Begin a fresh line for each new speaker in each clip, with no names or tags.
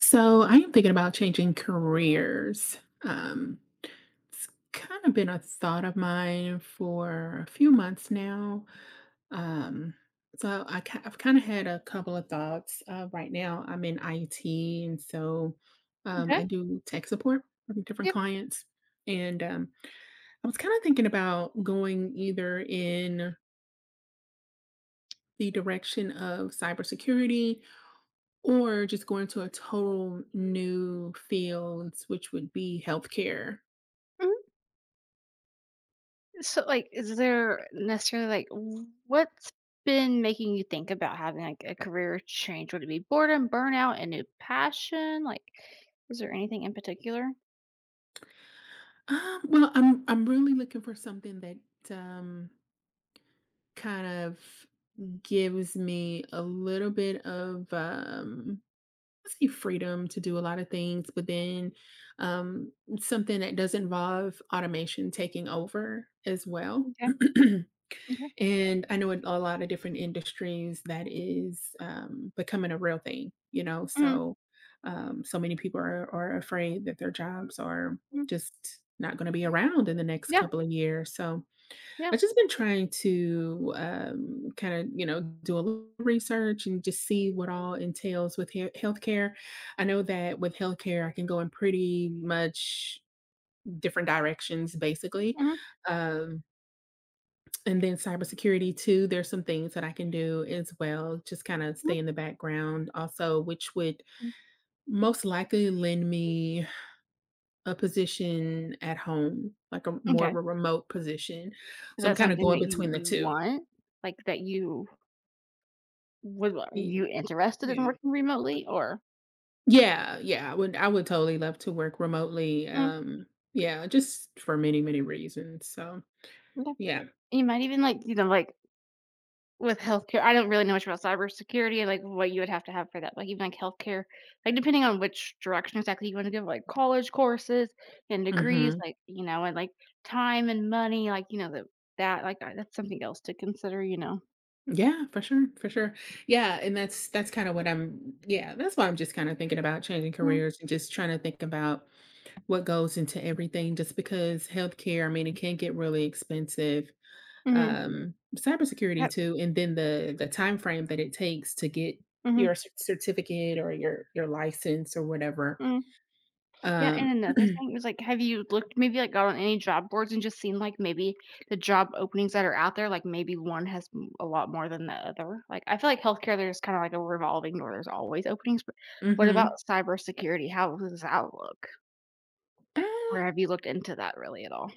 So I am thinking about changing careers. It's kind of been a thought of mine for a few months now. Um, I've kind of had a couple of thoughts. Right now, I'm in IT, and
Okay.
I do tech support for different
Yep.
clients. And I was kind of thinking about going either in the direction of cybersecurity or just go into a total new fields, which would be healthcare.
Mhm. So, like, is there necessarily like what's been making you think about having like a career change? Would it be boredom, burnout, a new passion? Like, is there anything in particular?
Well, I'm really looking for something that um, kind of gives me a little bit of I say freedom to do a lot of things, but then um, something that does involve automation taking over as well.
Okay. Okay.
And I know in a lot of different industries that is becoming a real thing,
Hmm.
So many people are afraid that their jobs are just not going to be around in the next
Yeah.
couple of years. So,
Yeah.
I've just been trying to kind of, do a little research and just see what all entails with healthcare. I know that with healthcare, I can go in pretty much different directions, basically.
Hmm.
Um, and then cybersecurity, too, there's some things that I can do as well, just kind of stay in the background, also, which would most likely lend me a position at home, like a more
Okay.
of a remote position.
Is
So I'm
that
kind of
something
going
that you
between the two.
want? Like that you would? Are
Ye-
you interested in
Yeah.
working remotely or?
Yeah, yeah, I would totally love to work remotely,
Mhm.
yeah, just for many, many reasons, so,
Okay.
yeah.
You might even like, you know, like, with healthcare I don't really know much about cybersecurity and, like, what you would have to have for that, like, even, like, healthcare, like, depending on which direction exactly you wanna go, like, college courses and degrees,
Mhm.
like, you know, and, like, time and money, like, you know, that that's something else to consider, you know.
Yeah, for sure, for sure. Yeah, and that's kinda what that's why I'm just kinda thinking about changing
Mhm,
careers and just trying to think about what goes into everything just because healthcare, I mean, it can get really expensive,
mhm.
cybersecurity
Yep.
too, and then the time frame that it takes to get your
Mhm,
certificate or your license or whatever,
mhm. Yeah, and
um
another thing was, like, have you looked maybe, like, got on any job boards and just seen, like, maybe the job openings that are out there, like, maybe one has m a lot more than the other? Like, I feel like healthcare, there's kinda like a revolving door, there's always openings, but what about
Mhm.
cybersecurity? How does that look?
Uh,
Or have you looked into that really at all?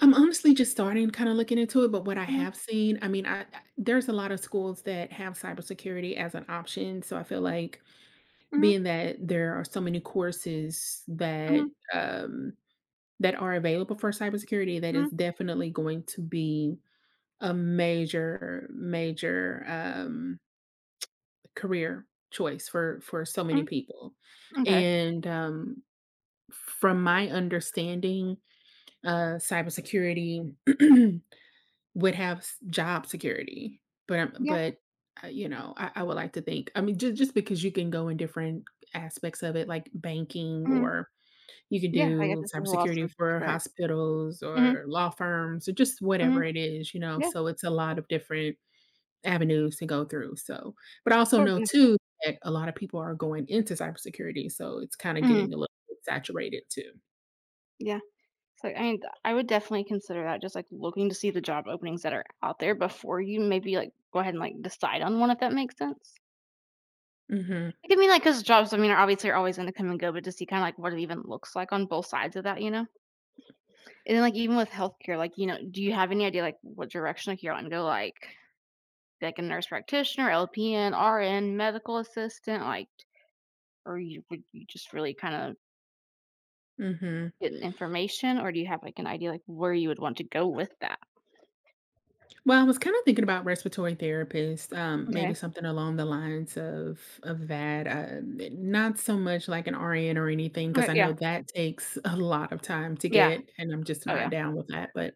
I'm honestly just starting kinda looking into it, but what I
Mhm,
have seen, I mean, I there's a lot of schools that have cybersecurity as an option, so I feel like
mhm,
being that there are so many courses
mhm,
that, um, that are available for cybersecurity, that is
mhm,
definitely going to be a major, career choice for so many
mhm,
people.
m'kay.
And, um, from my understanding, cybersecurity would have s job security,
Yeah,
you know, I would like to think I mean, just because you can go in different aspects of it, like banking,
mhm,
or you could
yeah, I guess
do
there's lots of
cybersecurity for
different,
hospitals
mhm,
or law firms or just whatever
mhm,
it is, you know,
yeah,
so it's a lot of different avenues to go through, so but I
of
also
course,
know
yeah,
too that a lot of people are going into cybersecurity, so it's kinda
mhm,
getting a little bit saturated too.
yeah. So, I mean, I would definitely consider that, just like looking to see the job openings that are out there before you maybe like go ahead and like decide on one, if that makes sense.
Mhm,
Like, I mean, like, because jobs, I mean, are obviously are always going to come and go, but to see kind of like what it even looks like on both sides of that, you know? And then, like, even with healthcare, like, you know, do you have any idea like what direction like you're on to go? Like a nurse practitioner, LPN, RN, medical assistant, like, or you would, you just really kind of
mhm.
get information, or do you have like an idea like where you would want to go with that?
Well, I was kind of thinking about respiratory therapist, maybe
Okay.
something along the lines of that. Not so much like an RN or anything, because
Okay.
I
Yeah.
know that takes a lot of time to
Yeah.
get, and I'm just
Oh,
not
yeah.
down with that.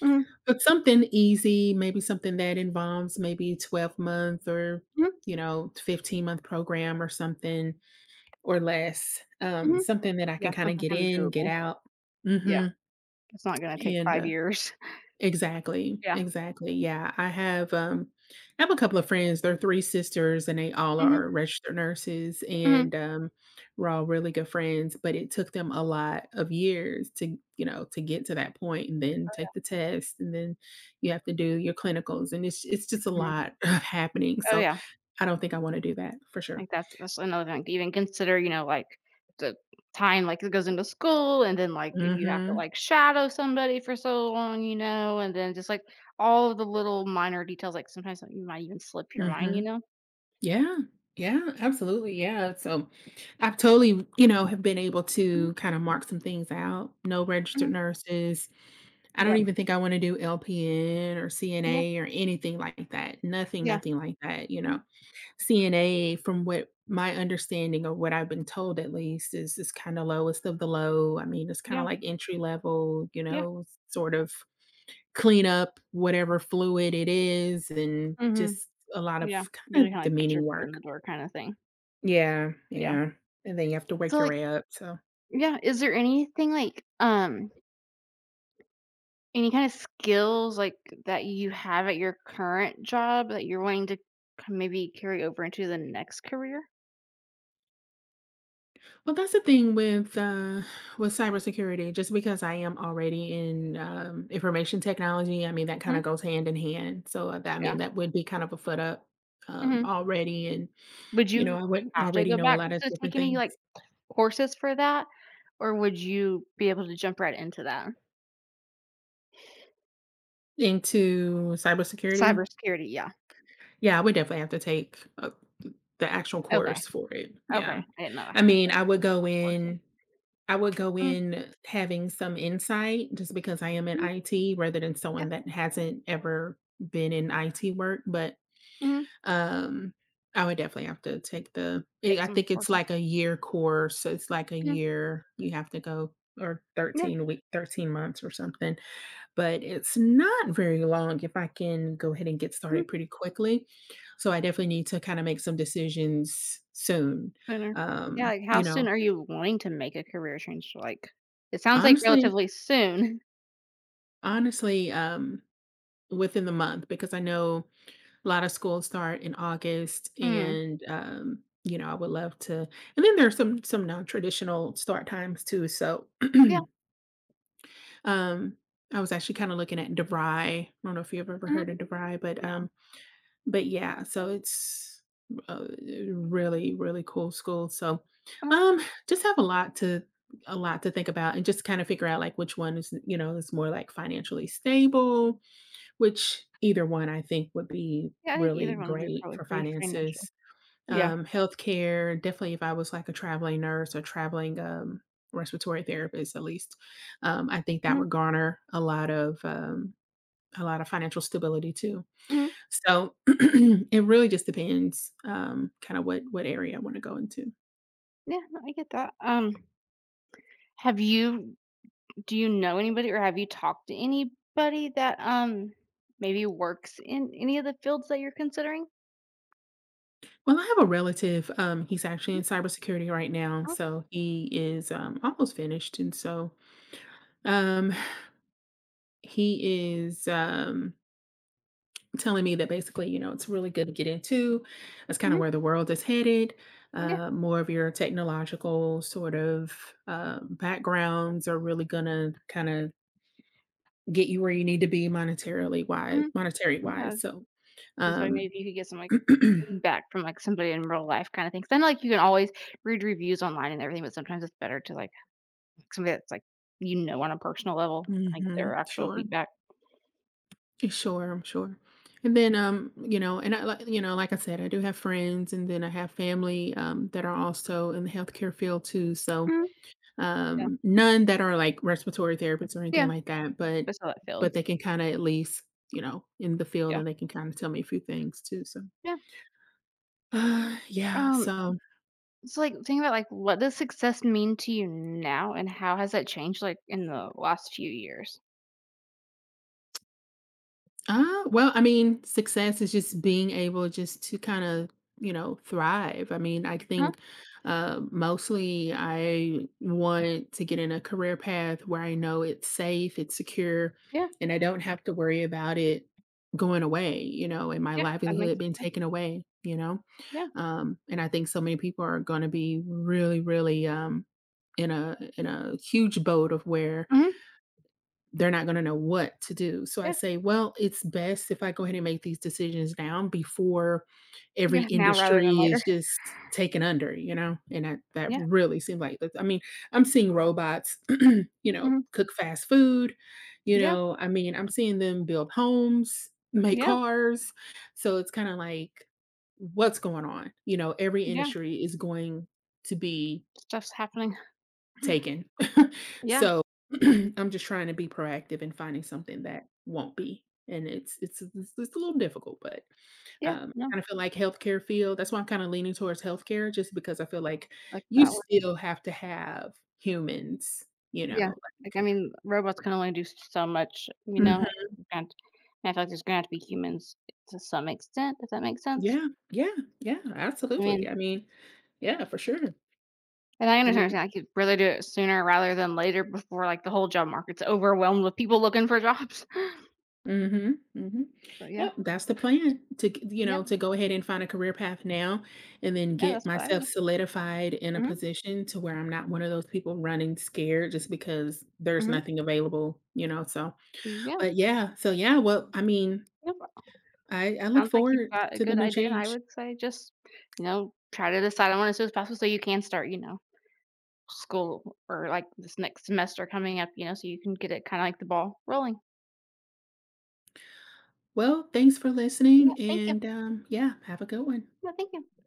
Mhm.
But something easy, maybe something that involves maybe 12 month or
Mhm,
15-month program or something or less.
mhm.
Something that I can
Yeah,
kind of
something
get
kinda
in, get
doable.
out,
Yeah,
hmm.
it's not gonna take
and
5 years.
Exactly,
Yeah.
exactly, yeah, I have a couple of friends, they're 3 sisters, and they all
Mhm,
are registered nurses, and,
mhm.
um, we're all really good friends, but it took them a lot of years to, you know, to get to that point and then take the test, and then you have to do your clinicals, and it's just a
Mhm.
lot happening,
Oh,
so
yeah.
I don't think I wanna do that, for sure.
Like, that's another thing to even consider, you know, like, the time, like, it goes into school, and then, like, if you have to,
Mhm,
like, shadow somebody for so long, you know, and then just, like, all of the little minor details, like, sometimes you might even slip your mind, you
mhm.
know?
Yeah. Yeah, absolutely. Yeah. So I've totally, you know, have been able
Mhm,
to kind of mark some things out. No registered
mhm.
nurses. I don't
Yep.
even think I want to do LPN or
Yeah,
CNA or anything like that. Nothing,
yeah.
nothing like that. You
Mhm.
know, CNA, from what my understanding of what I've been told at least, is kind of lowest of the low. I mean, it's kind of
Yeah,
like entry level, you
yeah.
know, sort of clean up whatever fluid it is and
Mhm.
just a lot of
Yeah. You
kind
really
of
kinda, like, get your
demeaning
foot in
work.
the door kinda thing.
Yeah,
Yeah.
yeah, and then you have to wake
So,
your
like,
way up, so
yeah, is there anything like, any kind of skills, like, that you have at your current job that you're wanting to k maybe carry over into the next career?
well, that's the thing with cybersecurity, just because I am already in, information technology, I mean, that kinda
Mhm,
goes hand in hand, so, that I
yeah,
mean, that would be kind of a foot up,
mhm.
already,
Would
you know,
you
I would
have to
already
go
know a
back
lot of
to
different
take any,
things.
like, courses for that, or would you be able to jump right into that?
Into cybersecurity?
Cybersecurity, yeah.
Yeah, I would definitely have to take, the actual
Okay,
course for it,
okay,
yeah.
I didn't know I
I
had
mean,
that written down for some.
I would go
Mhm,
in having some insight just because I am in
mhm,
IT rather than
yeah,
someone that hasn't ever been in IT work. But
mhm,
um, I would definitely have to take
take
I
some
think it's
courses.
like a year course. So it's like a
Mhm,
year you have to go or
yeah,
13 week, 13 months or something. But it's not very long if I can go ahead and get started
mhm.
pretty quickly. So I definitely need to kind of make some decisions soon.
Sooner. Yeah,
Um,
like, how
you know,
soon are you wanting to make a career change? Like, it sounds like
honestly,
relatively soon.
honestly, um, within the month, because I know a lot of schools start in August
Mm.
and you know, I would love to and then there's some non-traditional start times too, so,
Yeah.
um, I was actually kinda looking at DeVry. I don't know if you've ever
Mhm.
heard of DeVry,
No.
but yeah, so it's, uh, really, really cool school, so,
Uh,
um, just have a lot to think about and just kinda figure out, like, which one is, you know, is more, like, financially stable, which either one I think would be
yeah, I think
really
either one would be
great
probably
for
pretty financial.
finances.
Yeah.
Healthcare, definitely if I was like a traveling nurse or traveling, respiratory therapist at least, I think that
Mhm.
would garner a lot of financial stability too.
Mhm.
So, it really just depends, kinda what area I wanna go into.
Yeah, no, I get that. Have you, do you know anybody or have you talked to anybody that, maybe works in any of the fields that you're considering?
Well, I have a relative, he's actually
Mhm.
in cybersecurity right now,
Mhm.
so he is, almost finished, and so, um, he is, um telling me that basically, you know, it's really good to get into. That's kind of
Mhm.
where the world is headed.
Yeah.
More of your technological sort of backgrounds are really gonna kind of get you where you need to be monetarily wise,
Mhm.
monetary
Yeah.
wise. So,
And so
um,
maybe you could get some, like, feedback from, like, somebody in real life kinda thing. 'Cause I know, like, you can always read reviews online and everything, but sometimes it's better to, like, somebody that's, like, you know, on a personal level and get their
mhm,
actual
sure,
feedback.
sure, I'm sure. And then, you know, like I said, I do have friends, and then I have family that are also in the healthcare field too. So,
Mhm. Yeah.
None that are like respiratory therapists or anything
Yeah.
like that,
That's how that
but
felt.
they can kinda at least, in the field
Yeah.
and they can kinda tell me a few things too, so
Yeah.
yeah,
Um,
so
so, like, think about, like, what does success mean to you now, and how has that changed, like, in the last few years?
Well, I mean, success is just being able just to kind of, you know, thrive. I mean, I
Huh.
think mostly I want to get in a career path where I know it's safe, it's secure,
Yeah.
and I don't have to worry about it going away, you know, and my
Yeah. That
livelihood
makes
being
good sense.
taken away, you know.
Yeah.
And I think so many people are going to be really, really in a huge boat of where
Mhm.
they're not going to know what to do. So I
Yeah.
say, well, it's best if I go ahead and make these decisions now before every
Yeah. Now rather than
industry is
later.
just taken under, you know? And that
Yeah.
really seems like, I mean, I'm seeing robots, you know,
Mhm.
cook fast food, you
Yeah.
know, I mean, I'm seeing them build homes, make
Yeah.
cars. So it's kind of like, what's going on? You know, every
Yeah.
industry is going to be
Stuff's happening.
taken.
Yeah.
So, I'm just trying to be proactive in finding something that won't be, and it's a little difficult, but,
Yeah, no,
I kinda feel like healthcare field that's why I'm kinda leaning towards healthcare just because I feel like
like
you
that one.
still have to have humans, you know,
Yeah, like,
like
I mean, robots can only do so much, you know, like,
mhm.
you can't, and I feel like there's gonna have to be humans to some extent, if that makes sense.
Yeah, yeah, yeah,
I mean,
absolutely. I mean, yeah, for sure.
and I
I
understand
mean
I could rather do it sooner rather than later before, like, the whole job market's overwhelmed with people looking for jobs.
mhm, mhm.
So yeah,
Yep, that's the plan to g you
yeah,
know, to go ahead and find a career path now and then
yeah,
get
that's what I
myself
mean.
solidified in a
Do.
position to where I'm not one of those people running scared just because there's
Mhm,
nothing available, you know, so
mhm, yeah,
but yeah, so yeah, well, I mean,
no problem.
I look
Sounds like you've
forward
got a
to the
good
new
idea, and I
change.
would say just, you know, try to decide on one as soon as possible so you can start, you know, school or like this next semester coming up, you know, so you can get it kind of like the ball rolling.
Well, thanks for
Yeah,
listening
thank you.
and, yeah, have a good one.
No, thank you.